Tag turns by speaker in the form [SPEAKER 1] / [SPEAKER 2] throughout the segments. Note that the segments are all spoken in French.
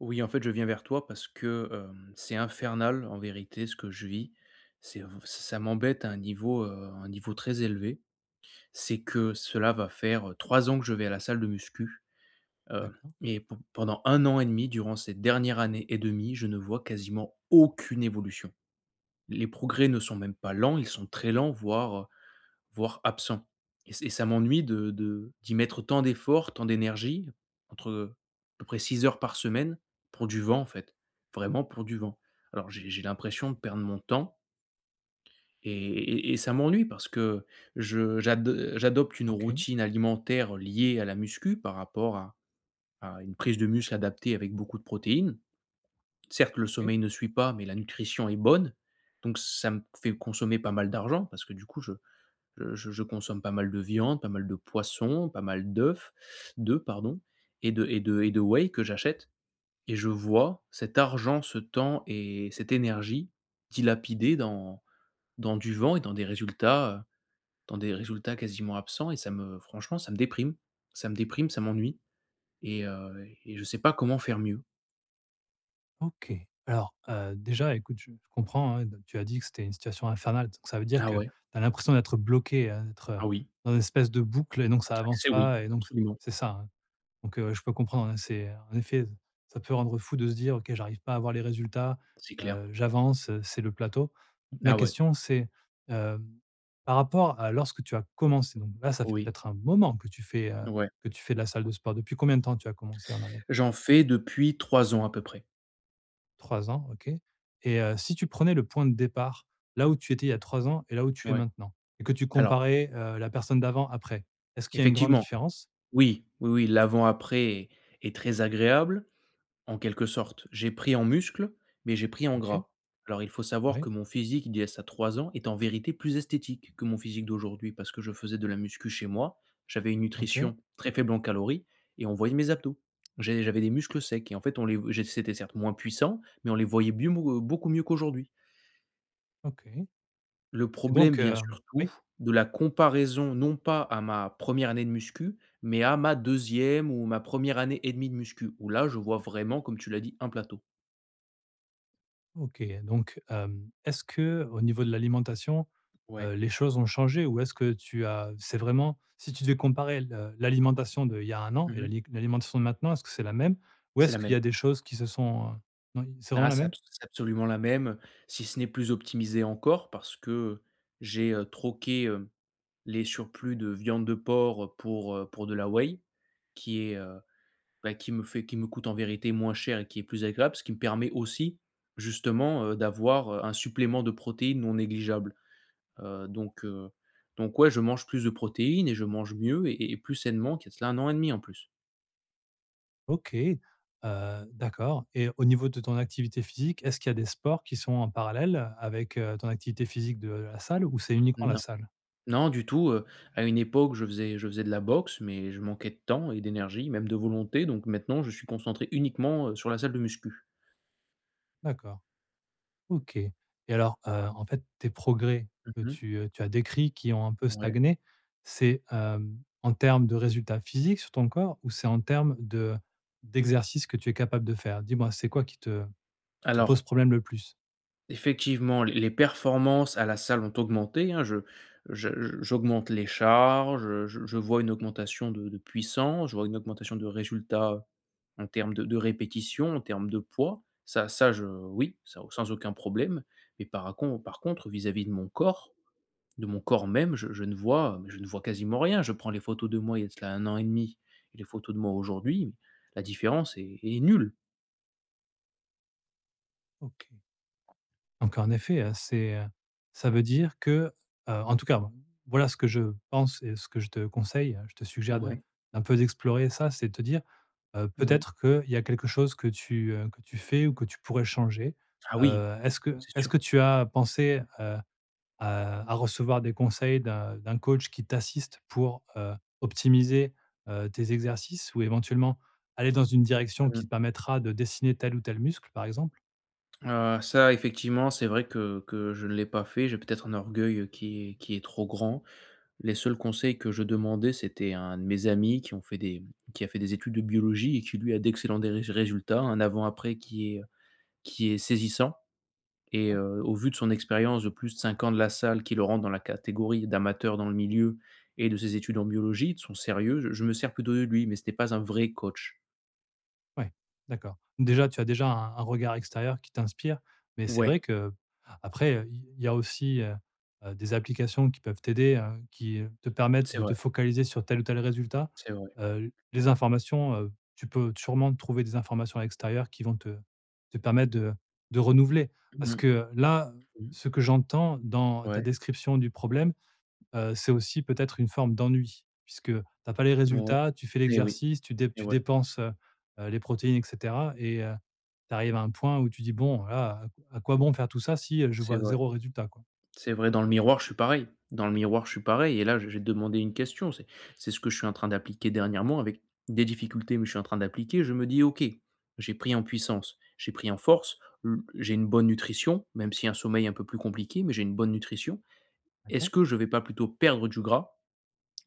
[SPEAKER 1] Oui, en fait, je viens vers toi parce que, c'est infernal en vérité ce que je vis. C'est ça m'embête à un niveau très élevé. C'est que cela va faire, 3 ans que je vais à la salle de muscu, heu
[SPEAKER 2] D'accord.
[SPEAKER 1] et pendant un an et demi, durant cette dernière année et 1, je ne vois quasiment aucune évolution. Les progrès ne sont même pas lents, ils sont très lents, voire absent et c et ça m'ennuie de d'y mettre tant d'efforts, tant d'énergie entre, à peu près 6 heures par semaine pour du vent, en fait, vraiment pour du vent. Alors j'ai l'impression de perdre mon temps et ça m'ennuie parce que je j'ad j'adopte une
[SPEAKER 2] OK,
[SPEAKER 1] routine alimentaire liée à la muscu par rapport à une prise de muscle adaptée avec beaucoup de protéines. Certes, le
[SPEAKER 2] OK,
[SPEAKER 1] sommeil ne suit pas, mais la nutrition est bonne, donc ça me fait consommer pas mal d'argent parce que du coup je consomme pas mal de viande, pas mal de poisson, pas mal d'œufs pardon et de whey que j'achète et je vois cet argent, ce temps et cette énergie dilapidés dans du vent et dans des résultats quasiment absents et ça me franchement, ça me déprime. Ça me déprime, ça m'ennuie et je sais pas comment faire mieux.
[SPEAKER 2] OK. Alors, déjà, écoute, je comprends, hein, tu as dit que c'était une situation infernale, donc ça veut dire
[SPEAKER 1] Ah
[SPEAKER 2] que tu
[SPEAKER 1] ouais,
[SPEAKER 2] as l'impression d'être bloqué, hein,
[SPEAKER 1] ah oui,
[SPEAKER 2] dans une espèce de boucle et donc ça
[SPEAKER 1] ah
[SPEAKER 2] avance
[SPEAKER 1] c'est oui,
[SPEAKER 2] pas et donc
[SPEAKER 1] absolument,
[SPEAKER 2] c'est ça, hein? Donc, je peux comprendre, hein, c'est en effet, ça peut rendre fou de se dire: «OK, j'arrive pas à avoir les résultats,
[SPEAKER 1] c'est clair.
[SPEAKER 2] j'avance, c'est le plateau». Ma
[SPEAKER 1] Ah ouais,
[SPEAKER 2] question, c'est, hem, par rapport à lorsque tu as commencé, donc là, ça fait
[SPEAKER 1] oui,
[SPEAKER 2] peut-être un moment que tu fais, heu,
[SPEAKER 1] ouais.
[SPEAKER 2] que tu fais de la salle de sport. Depuis combien de temps tu as commencé en année?
[SPEAKER 1] J'en fais depuis 3 ans à peu près.
[SPEAKER 2] 3 ans, OK. Et si tu prenais le point de départ, là où tu étais il y a 3 ans et là où tu es
[SPEAKER 1] Ouais.
[SPEAKER 2] maintenant, et que tu
[SPEAKER 1] Alors,
[SPEAKER 2] comparais, la personne d'avant, après, est-ce qu'il y a une grande
[SPEAKER 1] effectivement.
[SPEAKER 2] différence?
[SPEAKER 1] Oui, oui, oui, l'avant-après est très agréable, en quelque sorte. J'ai pris en muscle, mais j'ai pris en
[SPEAKER 2] OK,
[SPEAKER 1] gras. Alors il faut savoir
[SPEAKER 2] oui,
[SPEAKER 1] que mon physique d'il y a ça 3 ans est en vérité plus esthétique que mon physique d'aujourd'hui parce que je faisais de la muscu chez moi, j'avais une
[SPEAKER 2] OK,
[SPEAKER 1] nutrition très faible en calories et on voyait mes abdos. J'avais des muscles secs et en fait on les j'ai c'était certes moins puissant, mais on les voyait bieux beaucoup mieux qu'aujourd'hui.
[SPEAKER 2] OK.
[SPEAKER 1] Le
[SPEAKER 2] Et
[SPEAKER 1] problème
[SPEAKER 2] donc
[SPEAKER 1] vient surtout
[SPEAKER 2] oui,
[SPEAKER 1] de la comparaison, non pas à ma première année de muscu, mais à ma deuxième ou ma première année et demie de muscu, où là, je vois vraiment, comme tu l'as dit, un plateau.
[SPEAKER 2] OK, donc est-ce que au niveau de l'alimentation,
[SPEAKER 1] Ouais.
[SPEAKER 2] les choses ont changé, ou est-ce que tu as c'est vraiment, si tu devais comparer le l'alimentation d'il y a un an et
[SPEAKER 1] Mmh mh.
[SPEAKER 2] l'alimentation de maintenant, est-ce que c'est la même ou
[SPEAKER 1] C'est
[SPEAKER 2] est-ce
[SPEAKER 1] la
[SPEAKER 2] qu'il y
[SPEAKER 1] même.
[SPEAKER 2] a des choses qui se sont, non, c'est vraiment
[SPEAKER 1] Ah,
[SPEAKER 2] la
[SPEAKER 1] c'est
[SPEAKER 2] même?
[SPEAKER 1] abs c'est absolument la même, si ce n'est plus optimisé encore parce que, j'ai, troqué, les surplus de viande de porc, pour de la whey qui est, heu bah, qui me coûte en vérité moins cher et qui est plus agréable, ce qui me permet aussi justement, d'avoir, un supplément de protéines non négligeable. Heu, donc heu, donc ouais, je mange plus de protéines et je mange mieux et plus sainement qu'il y a de cela 1 an et demi en plus.
[SPEAKER 2] OK, d'accord. Et au niveau de ton activité physique, est-ce qu'il y a des sports qui sont en parallèle avec, ton activité physique de la salle, ou c'est uniquement la
[SPEAKER 1] Non.
[SPEAKER 2] salle?
[SPEAKER 1] Non du tout, à une époque, je faisais de la boxe, mais je manquais de temps et d'énergie, même de volonté, donc maintenant je suis concentré uniquement, sur la salle de muscu.
[SPEAKER 2] D'accord, OK. Et alors, en fait, tes progrès que
[SPEAKER 1] Mmh.
[SPEAKER 2] tu as décrits, qui ont un peu
[SPEAKER 1] Ouais.
[SPEAKER 2] stagné, c'est, en termes de résultats physiques sur ton corps, ou c'est en termes de d'exercices que tu es capable de faire? Dis-moi, c'est quoi qui te pose
[SPEAKER 1] Alors,
[SPEAKER 2] problème le plus?
[SPEAKER 1] effectivement, les performances à la salle ont augmenté, hein. Je j'augmente les charges, je vois une augmentation de puissance, je vois une augmentation de résultats en termes de répétition, en termes de poids. Ça ça je Oui, ça sans aucun problème. Mais par contre, vis-à-vis de mon corps même, je ne vois quasiment rien. Je prends les photos de moi il y a de cela 1 an et demi et les photos de moi aujourd'hui, la différence est nulle.
[SPEAKER 2] OK. Donc en effet, c'est, ça veut dire que, en tout cas, voilà ce que je pense et ce que je te conseille. Je te suggère de
[SPEAKER 1] Ouais,
[SPEAKER 2] d'un peu d'explorer ça, c'est de te dire,
[SPEAKER 1] ouais.
[SPEAKER 2] peut-être qu'il y a quelque chose que tu fais ou que tu pourrais changer.
[SPEAKER 1] Ah oui,
[SPEAKER 2] Est-ce que
[SPEAKER 1] c'est sûr.
[SPEAKER 2] tu as pensé, à recevoir des conseils d'un coach qui t'assiste pour, optimiser, tes exercices, ou éventuellement aller dans une direction qui te permettra de dessiner tel ou tel muscle, par exemple?
[SPEAKER 1] Ça effectivement, c'est vrai que je ne l'ai pas fait. J'ai peut-être un orgueil, qui est trop grand. Les seuls conseils que je demandais, c'était un de mes amis qui a fait des études de biologie et qui lui a d'excellents des résultats, un avant-après qui est saisissant et au vu de son expérience de plus de 5 ans de la salle qui le rend dans la catégorie d'amateur dans le milieu et de ses études en biologie, de son sérieux, je me sers plutôt de lui, mais c'était pas un vrai coach.
[SPEAKER 2] Ouais, d'accord. Déjà, tu as déjà un regard extérieur qui t'inspire, mais c'est
[SPEAKER 1] Ouais,
[SPEAKER 2] vrai qu'après, il y a aussi, des applications qui peuvent t'aider, qui, te permettent
[SPEAKER 1] c'est
[SPEAKER 2] de te
[SPEAKER 1] vrai,
[SPEAKER 2] focaliser sur tel ou tel résultat.
[SPEAKER 1] c'est vrai.
[SPEAKER 2] Les informations, tu peux sûrement trouver des informations à l'extérieur qui vont te permettre de renouveler.
[SPEAKER 1] Mmh
[SPEAKER 2] Parce
[SPEAKER 1] mh.
[SPEAKER 2] que là,
[SPEAKER 1] Mmh.
[SPEAKER 2] ce que j'entends dans ta
[SPEAKER 1] Ouais,
[SPEAKER 2] description du problème, c'est aussi peut-être une forme d'ennui puisque tu as pas les
[SPEAKER 1] ouais,
[SPEAKER 2] résultats, tu fais
[SPEAKER 1] et oui,
[SPEAKER 2] l'exercice,
[SPEAKER 1] et
[SPEAKER 2] tu
[SPEAKER 1] ouais.
[SPEAKER 2] dépenses, les protéines, et cetera. Et tu arrives à un point où tu dis: «Bon là, à quoi bon faire tout ça si, je
[SPEAKER 1] C'est
[SPEAKER 2] vois
[SPEAKER 1] vrai,
[SPEAKER 2] zéro résultat, quoi».
[SPEAKER 1] c'est vrai. Dans le miroir, je suis pareil. Dans le miroir, je suis pareil. Et là, j'ai demandé une question. C'est ce que je suis en train d'appliquer dernièrement avec des difficultés, mais je suis en train d'appliquer. Je me dis, OK, j'ai pris en puissance, j'ai pris en force, j'ai une bonne nutrition, même si un sommeil un peu plus compliqué, mais j'ai une bonne nutrition.
[SPEAKER 2] D'accord.
[SPEAKER 1] Est-ce que je vais pas plutôt perdre du gras,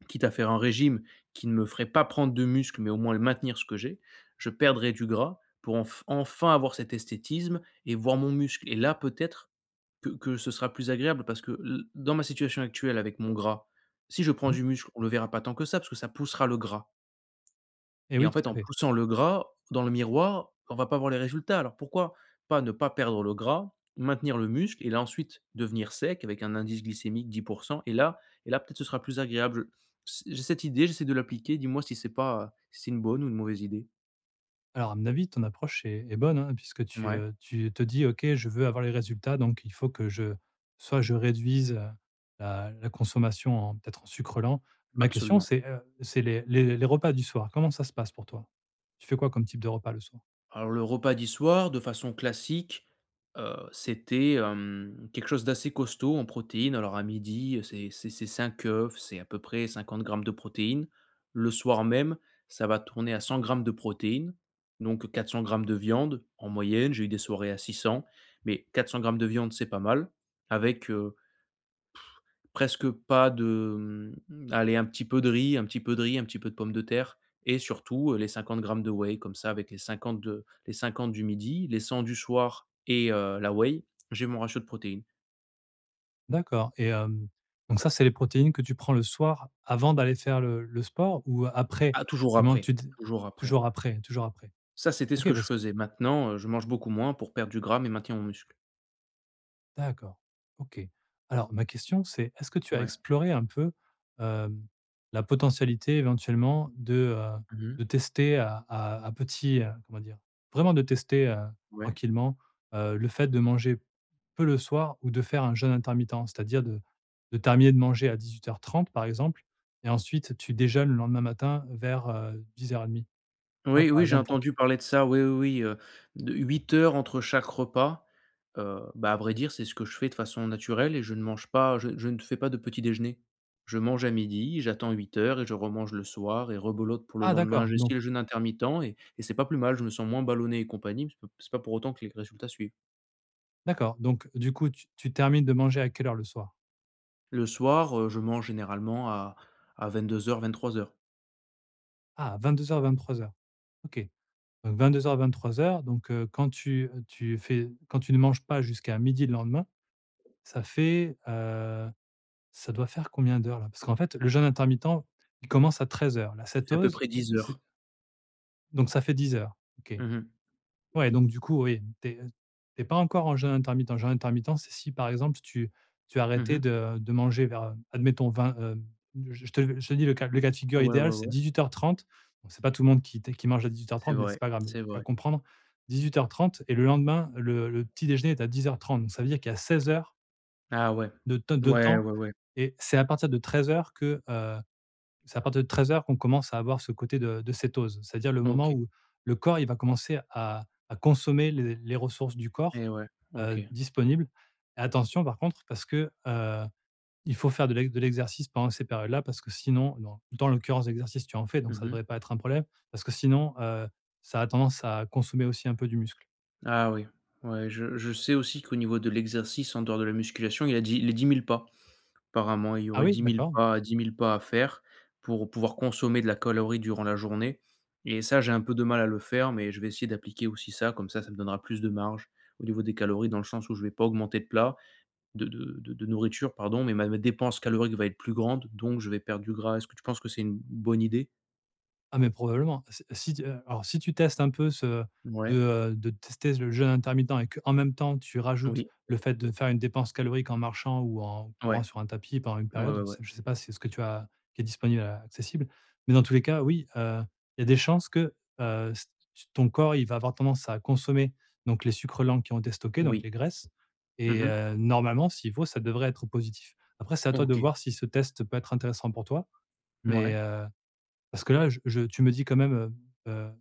[SPEAKER 1] quitte à faire un régime qui ne me ferait pas prendre de muscle, mais au moins le maintenir ce que j'ai. Je perdrai du gras pour enfin avoir cet esthétisme et voir mon muscle. Et là, peut-être que ce sera plus agréable parce que l dans ma situation actuelle avec mon gras, si je prends
[SPEAKER 2] Mmh.
[SPEAKER 1] du muscle, on le verra pas tant que ça parce que ça poussera le gras
[SPEAKER 2] Et
[SPEAKER 1] et
[SPEAKER 2] oui,
[SPEAKER 1] en fait,
[SPEAKER 2] tout à
[SPEAKER 1] en
[SPEAKER 2] fait.
[SPEAKER 1] poussant le gras dans le miroir, on va pas voir les résultats. Alors pourquoi pas ne pas perdre le gras, maintenir le muscle et là ensuite devenir sec avec un indice glycémique 10 et là et là peut-être ce sera plus agréable. Je j'ai cette idée, j'essaie de l'appliquer, dis-moi si c'est pas, si c'est une bonne ou une mauvaise idée?
[SPEAKER 2] Alors à mon avis, ton approche est bonne, hein, puisque tu,
[SPEAKER 1] Ouais,
[SPEAKER 2] heu, tu te dis: «OK, je veux avoir les résultats, donc il faut que je soit je réduise, la consommation en peut-être en sucre lent». Ma question
[SPEAKER 1] absolument.
[SPEAKER 2] c'est, c'est les repas du soir, comment ça se passe pour toi? Tu fais quoi comme type de repas le soir?
[SPEAKER 1] Alors le repas du soir, de façon classique, c'était, quelque chose d'assez costaud en protéines. Alors à midi, c'est 5 œufs, c'est à peu près 50 grammes de protéines. Le soir même, ça va tourner à 100 grammes de protéines, donc 400 grammes de viande en moyenne. J'ai eu des soirées à 600, mais 400 grammes de viande, c'est pas mal avec, presque pas de allez, un petit peu de riz, un petit peu de riz, un petit peu de pommes de terre et surtout, les 50 grammes de whey comme ça avec les cinquante du midi, les 100 du soir et la whey, j'ai mon ratio de protéines.
[SPEAKER 2] D'accord. Et donc ça, c'est les protéines que tu prends le soir avant d'aller faire le sport, ou après?
[SPEAKER 1] Ah,
[SPEAKER 2] Tu manges tu d
[SPEAKER 1] toujours après,
[SPEAKER 2] Toujours
[SPEAKER 1] voilà.
[SPEAKER 2] après, toujours après?
[SPEAKER 1] Ça, c'était ce
[SPEAKER 2] OK,
[SPEAKER 1] que je
[SPEAKER 2] parce
[SPEAKER 1] faisais. Maintenant, je mange beaucoup moins pour perdre du gras mais maintenir mon muscle.
[SPEAKER 2] d'accord, OK. Alors ma question c'est, est-ce que tu as
[SPEAKER 1] Ouais.
[SPEAKER 2] exploré un peu, hem, la potentialité éventuellement de, heu,
[SPEAKER 1] Mmh.
[SPEAKER 2] de tester à petit, comment dire? Vraiment de tester,
[SPEAKER 1] Ouais.
[SPEAKER 2] tranquillement, le fait de manger peu le soir, ou de faire un jeûne intermittent? C'est-à-dire de terminer de manger à 18:30 par exemple, et ensuite tu déjeunes le lendemain matin vers, 10:30, tu vois?
[SPEAKER 1] Oui,
[SPEAKER 2] Par
[SPEAKER 1] oui, j'ai
[SPEAKER 2] exemple pour
[SPEAKER 1] entendu parler de ça, oui, oui, oui, de 8 heures entre chaque repas, bah, à vrai dire, c'est ce que je fais de façon naturelle et je ne mange pas je ne fais pas de petit déjeuner. Je mange à midi, j'attends 8 heures et je remange le soir et rebolote pour le
[SPEAKER 2] Ah
[SPEAKER 1] lendemain. J'ai essayé le jeûne intermittent et c'est pas plus mal, je me sens moins ballonné et compagnie, mais c'est pas pour autant que les résultats suivent.
[SPEAKER 2] d'accord, donc du coup tu termines de manger à quelle heure le soir?
[SPEAKER 1] Le soir, je mange généralement à 22:00-23:00.
[SPEAKER 2] Ah, vingt-deux vingt-trois heures, vingt-trois heures. OK. Donc vingt-deux vingt-trois heures vingt-trois heures. Donc quand tu ne manges pas jusqu'à midi le lendemain, ça fait, heu, ça doit faire combien d'heures là? Parce qu'en fait, le jeûne intermittent, il commence à 13 heures. La
[SPEAKER 1] Ça fait à peu
[SPEAKER 2] cétose,
[SPEAKER 1] près dix
[SPEAKER 2] c'est
[SPEAKER 1] heures.
[SPEAKER 2] Donc ça fait 10 heures. OK.
[SPEAKER 1] Mhm, mhm.
[SPEAKER 2] Ouais, donc du coup, oui, t'es es pas encore en jeûne intermittent. Jeûne intermittent, c'est si, par exemple, tu arrêtais de manger vers, admettons vingt, je te dis le cas de figure
[SPEAKER 1] Ouais, ouais,
[SPEAKER 2] idéal, c'est
[SPEAKER 1] ouais.
[SPEAKER 2] 18:30. Bon, c'est pas tout le monde qui mange à dix-huit heures
[SPEAKER 1] C'est
[SPEAKER 2] trente, mais c'est
[SPEAKER 1] vrai,
[SPEAKER 2] pas grave, mais
[SPEAKER 1] c'est
[SPEAKER 2] tu vas
[SPEAKER 1] vrai.
[SPEAKER 2] comprendre. 18h30, et le lendemain, le petit déjeuner est à 10h30. Donc ça veut dire qu'il y a 16 heures
[SPEAKER 1] Ah ouais.
[SPEAKER 2] de
[SPEAKER 1] Ouais,
[SPEAKER 2] temps,
[SPEAKER 1] ouais, ouais.
[SPEAKER 2] et c'est à partir de 13 heures que, euh, c'est à partir de treize heures qu'on commence à avoir ce côté de cétose. C'est-à-dire le moment
[SPEAKER 1] OK.
[SPEAKER 2] où le corps, il va commencer à consommer les ressources du corps,
[SPEAKER 1] Et ouais, OK.
[SPEAKER 2] disponibles. Et attention par contre, parce que, il faut faire de l'exercice pendant ces périodes-là, parce que sinon, dans l'occurrence, l'exercice tu en fais, donc ça ne
[SPEAKER 1] Mmh.
[SPEAKER 2] devrait pas être un problème, parce que sinon, ça a tendance à consommer aussi un peu du muscle.
[SPEAKER 1] Ah oui. Ouais, je sais aussi qu'au niveau de l'exercice en dehors de la musculation, il y a dix les 10 000 pas. Apparemment, il y
[SPEAKER 2] Ah
[SPEAKER 1] aurait
[SPEAKER 2] oui?
[SPEAKER 1] dix mille
[SPEAKER 2] D'accord.
[SPEAKER 1] pas dix mille pas à faire pour pouvoir consommer de la calorie durant la journée et ça, j'ai un peu de mal à le faire, mais je vais essayer d'appliquer aussi ça, comme ça me donnera plus de marge au niveau des calories dans le sens où je vais pas augmenter de plats de nourriture, pardon, mais ma dépense calorique va être plus grande, donc je vais perdre du gras. Est-ce que tu penses que c'est une bonne idée?
[SPEAKER 2] Ah mais probablement. Si si tu Alors, si tu testes un peu
[SPEAKER 1] Ouais.
[SPEAKER 2] de tester le jeûne intermittent, et qu'en même temps tu rajoutes
[SPEAKER 1] Oui.
[SPEAKER 2] le fait de faire une dépense calorique en marchant ou en
[SPEAKER 1] Ouais.
[SPEAKER 2] courant sur un tapis pendant une
[SPEAKER 1] Ouais,
[SPEAKER 2] période,
[SPEAKER 1] ouais, ouais.
[SPEAKER 2] je sais pas si c'est ce que tu as qui est disponible, accessible. Mais dans tous les cas, oui, il y a des chances que, s ton corps, il va avoir tendance à consommer donc les sucres lents qui ont été stockés, donc les
[SPEAKER 1] Oui.
[SPEAKER 2] graisses, et
[SPEAKER 1] Mmh.
[SPEAKER 2] normalement, s'il faut, ça devrait être positif. Après, c'est à toi de
[SPEAKER 1] OK.
[SPEAKER 2] voir si ce test peut être intéressant pour toi, mais
[SPEAKER 1] Ouais,
[SPEAKER 2] parce que là, je tu me dis quand même, heu heu,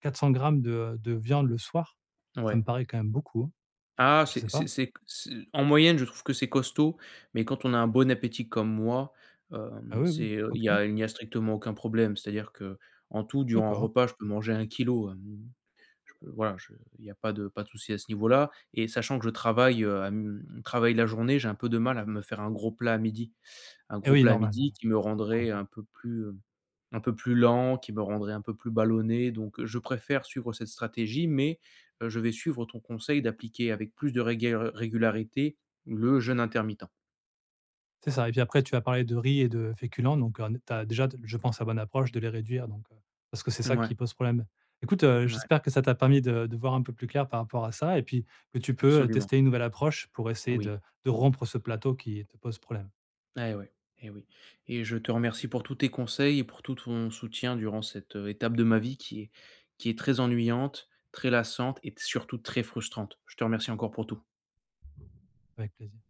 [SPEAKER 2] 400 grammes de viande le soir, ça me
[SPEAKER 1] ouais.
[SPEAKER 2] paraît quand même beaucoup, hein?
[SPEAKER 1] Ah,
[SPEAKER 2] Je
[SPEAKER 1] c'est
[SPEAKER 2] sais
[SPEAKER 1] c'est
[SPEAKER 2] pas?
[SPEAKER 1] c'est c'est en moyenne, je trouve que c'est costaud, mais quand on a un bon appétit comme moi,
[SPEAKER 2] Ah oui, oui,
[SPEAKER 1] c'est, il
[SPEAKER 2] OK,
[SPEAKER 1] y a il n'y a strictement aucun problème. C'est-à-dire que, en tout, durant un
[SPEAKER 2] d'accord.
[SPEAKER 1] repas, je peux manger un kilo. Je peux voilà, je il n'y a pas de souci à ce niveau-là et sachant que je travaille la journée, j'ai un peu de mal à me faire un gros plat à midi. Un
[SPEAKER 2] Et
[SPEAKER 1] gros
[SPEAKER 2] oui,
[SPEAKER 1] plat à
[SPEAKER 2] normal,
[SPEAKER 1] midi
[SPEAKER 2] normal,
[SPEAKER 1] qui me
[SPEAKER 2] je
[SPEAKER 1] rendrait
[SPEAKER 2] comprends.
[SPEAKER 1] un peu plus, un peu plus lent, qui me rendrait un peu plus ballonné, donc je préfère suivre cette stratégie, mais je vais suivre ton conseil d'appliquer avec plus de régué régularité le jeûne intermittent.
[SPEAKER 2] C'est ça. Et puis après, tu as parlé de riz et de féculents, donc tu as déjà, je pense, la bonne approche de les réduire, donc parce que c'est ça
[SPEAKER 1] Ouais,
[SPEAKER 2] qui pose problème. Écoute,
[SPEAKER 1] mouais,
[SPEAKER 2] j'espère que ça t'a permis de voir un peu plus clair par rapport à ça, et puis que tu peux,
[SPEAKER 1] absolument.
[SPEAKER 2] tester une nouvelle approche pour essayer
[SPEAKER 1] Oui,
[SPEAKER 2] de rompre ce plateau qui te pose problème.
[SPEAKER 1] eh ouais, eh oui et je te remercie pour tous tes conseils et pour tout ton soutien durant cette, étape de ma vie qui est très ennuyante, très lassante et surtout très frustrante. Je te remercie encore pour tout.
[SPEAKER 2] Avec plaisir.